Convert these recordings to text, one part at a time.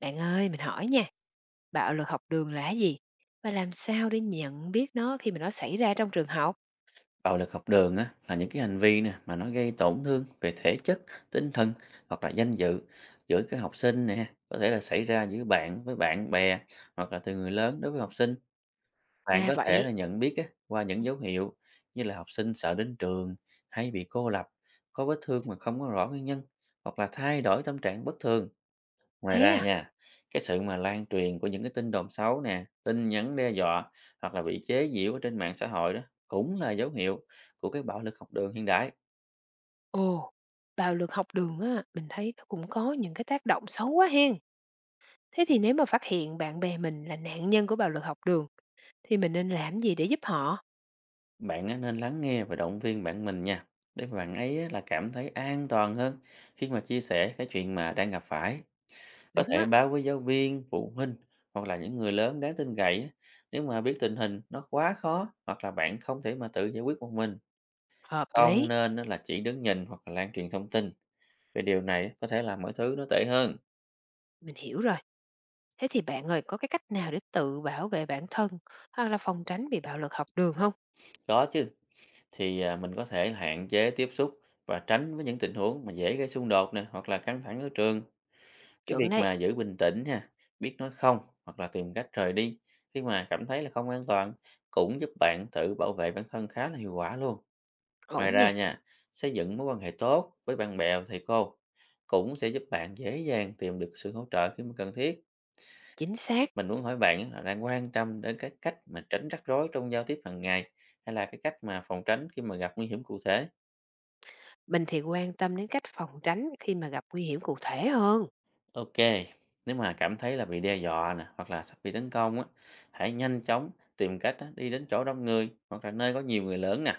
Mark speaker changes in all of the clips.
Speaker 1: Bạn ơi, mình hỏi nha, bạo lực học đường là cái gì? Và làm sao để nhận biết nó khi mà nó xảy ra trong trường học?
Speaker 2: Bạo lực học đường á, là những cái hành vi nè mà nó gây tổn thương về thể chất, tinh thần hoặc là danh dự giữa các học sinh nè, có thể là xảy ra giữa bạn với bạn bè hoặc là từ người lớn đối với học sinh. Bạn
Speaker 1: Ra
Speaker 2: có thể
Speaker 1: vậy.
Speaker 2: là nhận biết á, qua những dấu hiệu như là học sinh sợ đến trường hay bị cô lập, có vết thương mà không có rõ nguyên nhân hoặc là thay đổi tâm trạng bất thường. Ngoài
Speaker 1: Thế
Speaker 2: ra
Speaker 1: à?
Speaker 2: nha, cái sự mà lan truyền của những cái tin đồn xấu nè, tin nhắn đe dọa hoặc là bị chế giễu ở trên mạng xã hội đó cũng là dấu hiệu của cái bạo lực học đường hiện đại.
Speaker 1: Ồ, bạo lực học đường á, mình thấy nó cũng có những cái tác động xấu quá hen. Thế thì nếu mà phát hiện bạn bè mình là nạn nhân của bạo lực học đường, thì mình nên làm gì để giúp họ?
Speaker 2: Bạn á, nên lắng nghe và động viên bạn mình nha, để mà bạn ấy á, là cảm thấy an toàn hơn khi mà chia sẻ cái chuyện mà đang gặp phải. Có
Speaker 1: Đúng
Speaker 2: thể
Speaker 1: á,
Speaker 2: báo với giáo viên, phụ huynh hoặc là những người lớn đáng tin cậy á, nếu mà biết tình hình nó quá khó hoặc là bạn không thể mà tự giải quyết một mình.
Speaker 1: hợp
Speaker 2: Không
Speaker 1: lý.
Speaker 2: nên á, là chỉ đứng nhìn hoặc là lan truyền thông tin về điều này, có thể làm mọi thứ nó tệ hơn.
Speaker 1: Mình hiểu rồi. Thế thì bạn ơi, có cái cách nào để tự bảo vệ bản thân hoặc là phòng tránh bị bạo lực học đường không?
Speaker 2: Có chứ. Mình có thể hạn chế tiếp xúc và tránh với những tình huống mà dễ gây xung đột nè hoặc là căng thẳng ở trường. Cái
Speaker 1: Chuẩn
Speaker 2: việc
Speaker 1: đấy,
Speaker 2: mà giữ bình tĩnh ha, biết nói không hoặc là tìm cách rời đi khi mà cảm thấy là không an toàn cũng giúp bạn tự bảo vệ bản thân khá là hiệu quả luôn. Ngoài
Speaker 1: ổn nha,
Speaker 2: ra nha, xây dựng mối quan hệ tốt với bạn bè và thầy cô cũng sẽ giúp bạn dễ dàng tìm được sự hỗ trợ khi mà cần thiết.
Speaker 1: chính xác.
Speaker 2: Mình muốn hỏi bạn á, là đang quan tâm đến cái cách mà tránh rắc rối trong giao tiếp hàng ngày hay là cái cách mà phòng tránh khi mà gặp nguy hiểm cụ thể?
Speaker 1: Mình thì quan tâm đến cách phòng tránh khi mà gặp nguy hiểm cụ thể hơn.
Speaker 2: Ok, nếu mà cảm thấy là bị đe dọa nè hoặc là sắp bị tấn công á, hãy nhanh chóng tìm cách á, đi đến chỗ đông người hoặc là nơi có nhiều người lớn nè.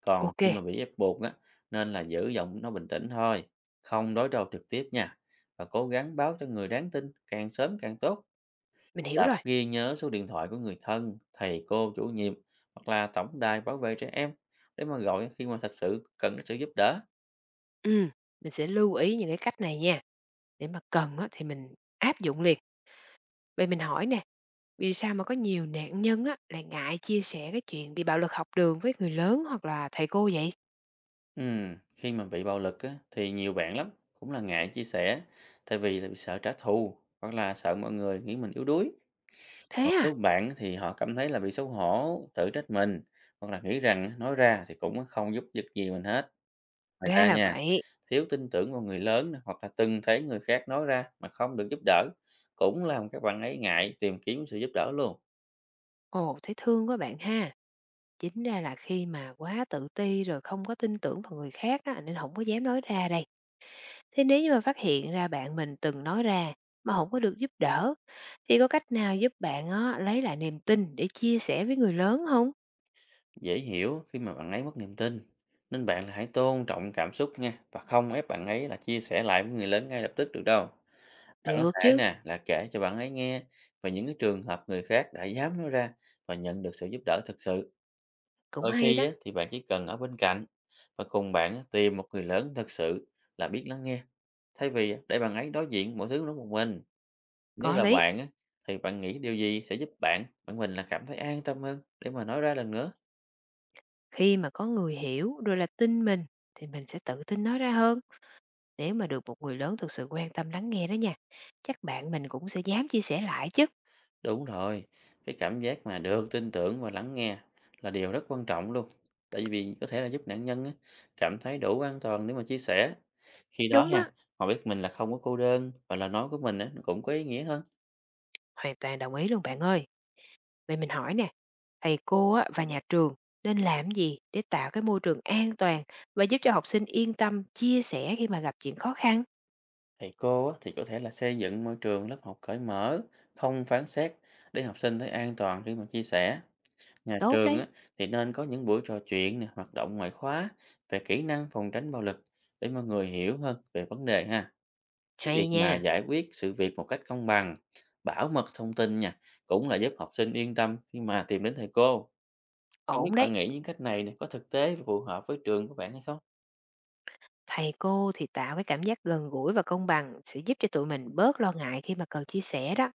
Speaker 2: Còn
Speaker 1: OK,
Speaker 2: khi mà bị ép buộc á, nên là giữ giọng nó bình tĩnh thôi, không đối đầu trực tiếp nha và cố gắng báo cho người đáng tin càng sớm càng tốt.
Speaker 1: mình hiểu
Speaker 2: Tập
Speaker 1: rồi.
Speaker 2: ghi nhớ số điện thoại của người thân, thầy cô, chủ nhiệm hoặc là tổng đài bảo vệ trẻ em để mà gọi khi mà thật sự cần cái sự giúp đỡ.
Speaker 1: Ừm, mình sẽ lưu ý những cái cách này nha, để mà cần á thì mình áp dụng liền. Vậy mình hỏi nè, vì sao mà có nhiều nạn nhân á lại ngại chia sẻ cái chuyện bị bạo lực học đường với người lớn hoặc là thầy cô vậy?
Speaker 2: Khi mà bị bạo lực á, thì nhiều bạn lắm cũng là ngại chia sẻ tại vì là bị sợ trả thù hoặc là sợ mọi người nghĩ mình yếu đuối.
Speaker 1: Thế
Speaker 2: Một
Speaker 1: à?
Speaker 2: số bạn thì họ cảm thấy là bị xấu hổ, tự trách mình hoặc là nghĩ rằng nói ra thì cũng không giúp được gì mình hết. Ngoài
Speaker 1: Ra
Speaker 2: ra
Speaker 1: là
Speaker 2: nha,
Speaker 1: vậy.
Speaker 2: thiếu tin tưởng vào người lớn nè, hoặc là từng thấy người khác nói ra mà không được giúp đỡ cũng làm các bạn ấy ngại tìm kiếm sự giúp đỡ luôn.
Speaker 1: Ồ, thấy thương quá bạn ha. Chính ra là khi mà quá tự ti rồi không có tin tưởng vào người khác á, nên không có dám nói ra đây. Thế nếu như mà phát hiện ra bạn mình từng nói ra mà không có được giúp đỡ, thì có cách nào giúp bạn á lấy lại niềm tin để chia sẻ với người lớn không?
Speaker 2: Dễ hiểu khi mà bạn ấy mất niềm tin, nên bạn là hãy tôn trọng cảm xúc nha và không ép bạn ấy là chia sẻ lại với người lớn ngay lập tức được đâu. Bạn có
Speaker 1: Được
Speaker 2: thể
Speaker 1: chứ,
Speaker 2: nè, là kể cho bạn ấy nghe về những cái trường hợp người khác đã dám nói ra và nhận được sự giúp đỡ thực sự.
Speaker 1: cũng
Speaker 2: Đôi
Speaker 1: hay
Speaker 2: khi
Speaker 1: đó,
Speaker 2: á, thì bạn chỉ cần ở bên cạnh và cùng bạn á, tìm một người lớn thật sự là biết lắng nghe, thay vì á, để bạn ấy đối diện mọi thứ đó một mình. Nếu
Speaker 1: có
Speaker 2: là
Speaker 1: lý.
Speaker 2: bạn á, thì bạn nghĩ điều gì sẽ giúp bạn, bạn mình là cảm thấy an tâm hơn để mà nói ra lần nữa?
Speaker 1: Khi mà có người hiểu rồi là tin mình thì mình sẽ tự tin nói ra hơn, nếu mà được một người lớn thực sự quan tâm lắng nghe đó nha. Chắc bạn mình cũng sẽ dám chia sẻ lại chứ.
Speaker 2: Đúng rồi, cái cảm giác mà được tin tưởng và lắng nghe là điều rất quan trọng luôn. Tại vì có thể là giúp nạn nhân á, cảm thấy đủ an toàn để mà chia sẻ. Khi đó
Speaker 1: Đúng á,
Speaker 2: nha, họ biết mình là không có cô đơn và lời nói của mình á, nó cũng có ý nghĩa hơn.
Speaker 1: hoàn toàn đồng ý luôn bạn ơi. Vậy mình hỏi nè, thầy cô á và nhà trường nên làm gì để tạo cái môi trường an toàn và giúp cho học sinh yên tâm chia sẻ khi mà gặp chuyện khó khăn?
Speaker 2: Thầy cô á, thì có thể là xây dựng môi trường lớp học cởi mở, không phán xét, để học sinh thấy an toàn khi mà chia sẻ. Nhà
Speaker 1: Tốt
Speaker 2: trường
Speaker 1: đấy,
Speaker 2: á, thì nên có những buổi trò chuyện, nè, hoạt động ngoại khóa về kỹ năng phòng tránh bạo lực để mọi người hiểu hơn về vấn đề ha. Cái việc
Speaker 1: hay
Speaker 2: mà
Speaker 1: nha,
Speaker 2: giải quyết sự việc một cách công bằng, bảo mật thông tin nha, cũng là giúp học sinh yên tâm khi mà tìm đến thầy cô. Không biết
Speaker 1: ổn
Speaker 2: bạn
Speaker 1: đấy.
Speaker 2: nghĩ những cách này nè, có thực tế và phù hợp với trường của bạn hay không?
Speaker 1: Thầy cô thì tạo cái cảm giác gần gũi và công bằng sẽ giúp cho tụi mình bớt lo ngại khi mà cần chia sẻ đó.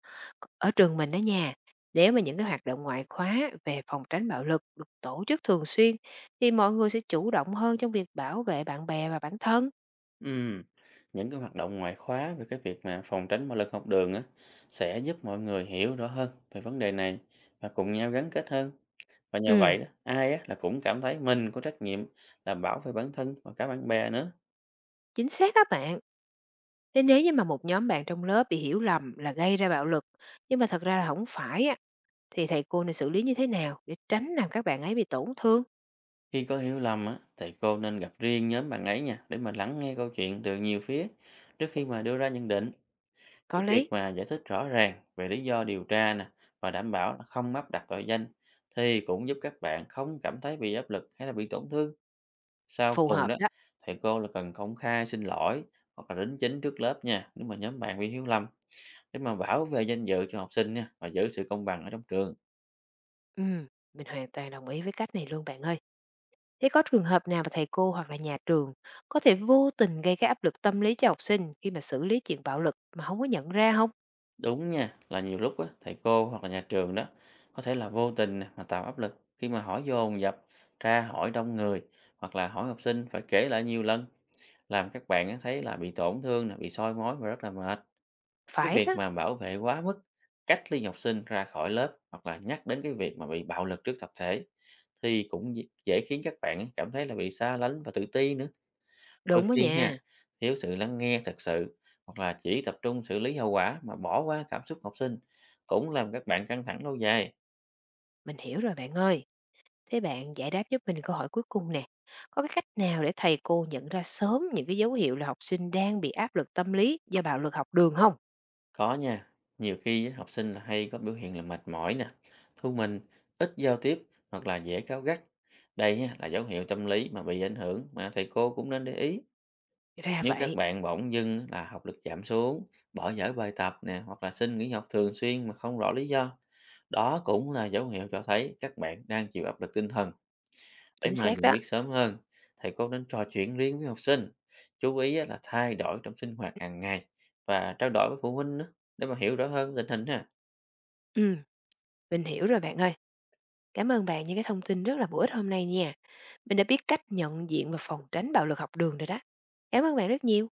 Speaker 1: Ở trường mình đó nha, nếu mà những cái hoạt động ngoại khóa về phòng tránh bạo lực được tổ chức thường xuyên thì mọi người sẽ chủ động hơn trong việc bảo vệ bạn bè và bản thân.
Speaker 2: Ừm, Những cái hoạt động ngoại khóa về cái việc mà phòng tránh bạo lực học đường á, sẽ giúp mọi người hiểu rõ hơn về vấn đề này và cùng nhau gắn kết hơn. Và nhờ
Speaker 1: Ừ,
Speaker 2: vậy đó, ai á, là cũng cảm thấy mình có trách nhiệm là bảo vệ bản thân và cả bạn bè nữa.
Speaker 1: chính xác các bạn. Thế nếu như mà một nhóm bạn trong lớp bị hiểu lầm là gây ra bạo lực, nhưng mà thật ra là không phải á, thì thầy cô nên xử lý như thế nào để tránh làm các bạn ấy bị tổn thương?
Speaker 2: Khi có hiểu lầm á, thầy cô nên gặp riêng nhóm bạn ấy nha, để mà lắng nghe câu chuyện từ nhiều phía trước khi mà đưa ra nhận định.
Speaker 1: Có
Speaker 2: Cái việc
Speaker 1: lý,
Speaker 2: mà giải thích rõ ràng về lý do điều tra nè và đảm bảo là không áp đặt tội danh thì cũng giúp các bạn không cảm thấy bị áp lực hay là bị tổn thương. Sau
Speaker 1: phù
Speaker 2: cùng
Speaker 1: hợp
Speaker 2: đó,
Speaker 1: đó.
Speaker 2: thầy cô là cần công khai xin lỗi hoặc là đính chính trước lớp nha, nếu mà nhóm bạn bị hiểu lầm, để mà bảo vệ danh dự cho học sinh nha và giữ sự công bằng ở trong trường.
Speaker 1: Ừm, mình hoàn toàn đồng ý với cách này luôn bạn ơi. Thế có trường hợp nào mà thầy cô hoặc là nhà trường có thể vô tình gây cái áp lực tâm lý cho học sinh khi mà xử lý chuyện bạo lực mà không có nhận ra không?
Speaker 2: Đúng nha, là nhiều lúc á, thầy cô hoặc là nhà trường đó có thể là vô tình nè, mà tạo áp lực khi mà hỏi dồn dập, tra hỏi đông người hoặc là hỏi học sinh phải kể lại nhiều lần, làm các bạn á, thấy là bị tổn thương, là bị soi mói và rất là mệt. Cái
Speaker 1: Phải
Speaker 2: việc
Speaker 1: đó,
Speaker 2: mà bảo vệ quá mức, cách ly học sinh ra khỏi lớp hoặc là nhắc đến cái việc mà bị bạo lực trước tập thể thì cũng dễ dễ khiến các bạn cảm thấy là bị xa lánh và tự ti nữa. Đôi
Speaker 1: đúng đó
Speaker 2: khi
Speaker 1: nha.
Speaker 2: nha, thiếu sự lắng nghe thật sự hoặc là chỉ tập trung xử lý hậu quả mà bỏ qua cảm xúc học sinh cũng làm các bạn căng thẳng lâu dài.
Speaker 1: Mình hiểu rồi bạn ơi. Thế bạn giải đáp giúp mình câu hỏi cuối cùng nè. Có cái cách nào để thầy cô nhận ra sớm những cái dấu hiệu là học sinh đang bị áp lực tâm lý do bạo lực học đường không?
Speaker 2: Có nha, nhiều khi á, học sinh là hay có biểu hiện là mệt mỏi nè, thu mình, ít giao tiếp hoặc là dễ cáu gắt. Đây á, là dấu hiệu tâm lý mà bị ảnh hưởng mà thầy cô cũng nên để ý.
Speaker 1: Ra
Speaker 2: Nếu các
Speaker 1: vậy,
Speaker 2: bạn bỗng dưng là học lực giảm xuống, bỏ dở bài tập nè hoặc là xin nghỉ học thường xuyên mà không rõ lý do, đó cũng là dấu hiệu cho thấy các bạn đang chịu áp lực tinh thần. Để
Speaker 1: chính
Speaker 2: mà
Speaker 1: xác
Speaker 2: nhận
Speaker 1: đó.
Speaker 2: biết sớm hơn, thầy cô nên trò chuyện riêng với học sinh, chú ý á, là thay đổi trong sinh hoạt hàng ngày và trao đổi với phụ huynh nữa để mà hiểu rõ hơn tình hình ha.
Speaker 1: Ừ, mình hiểu rồi bạn ơi. Cảm ơn bạn những cái thông tin rất là bổ ích hôm nay nha. Mình đã biết cách nhận diện và phòng tránh bạo lực học đường rồi đó. Cảm ơn bạn rất nhiều.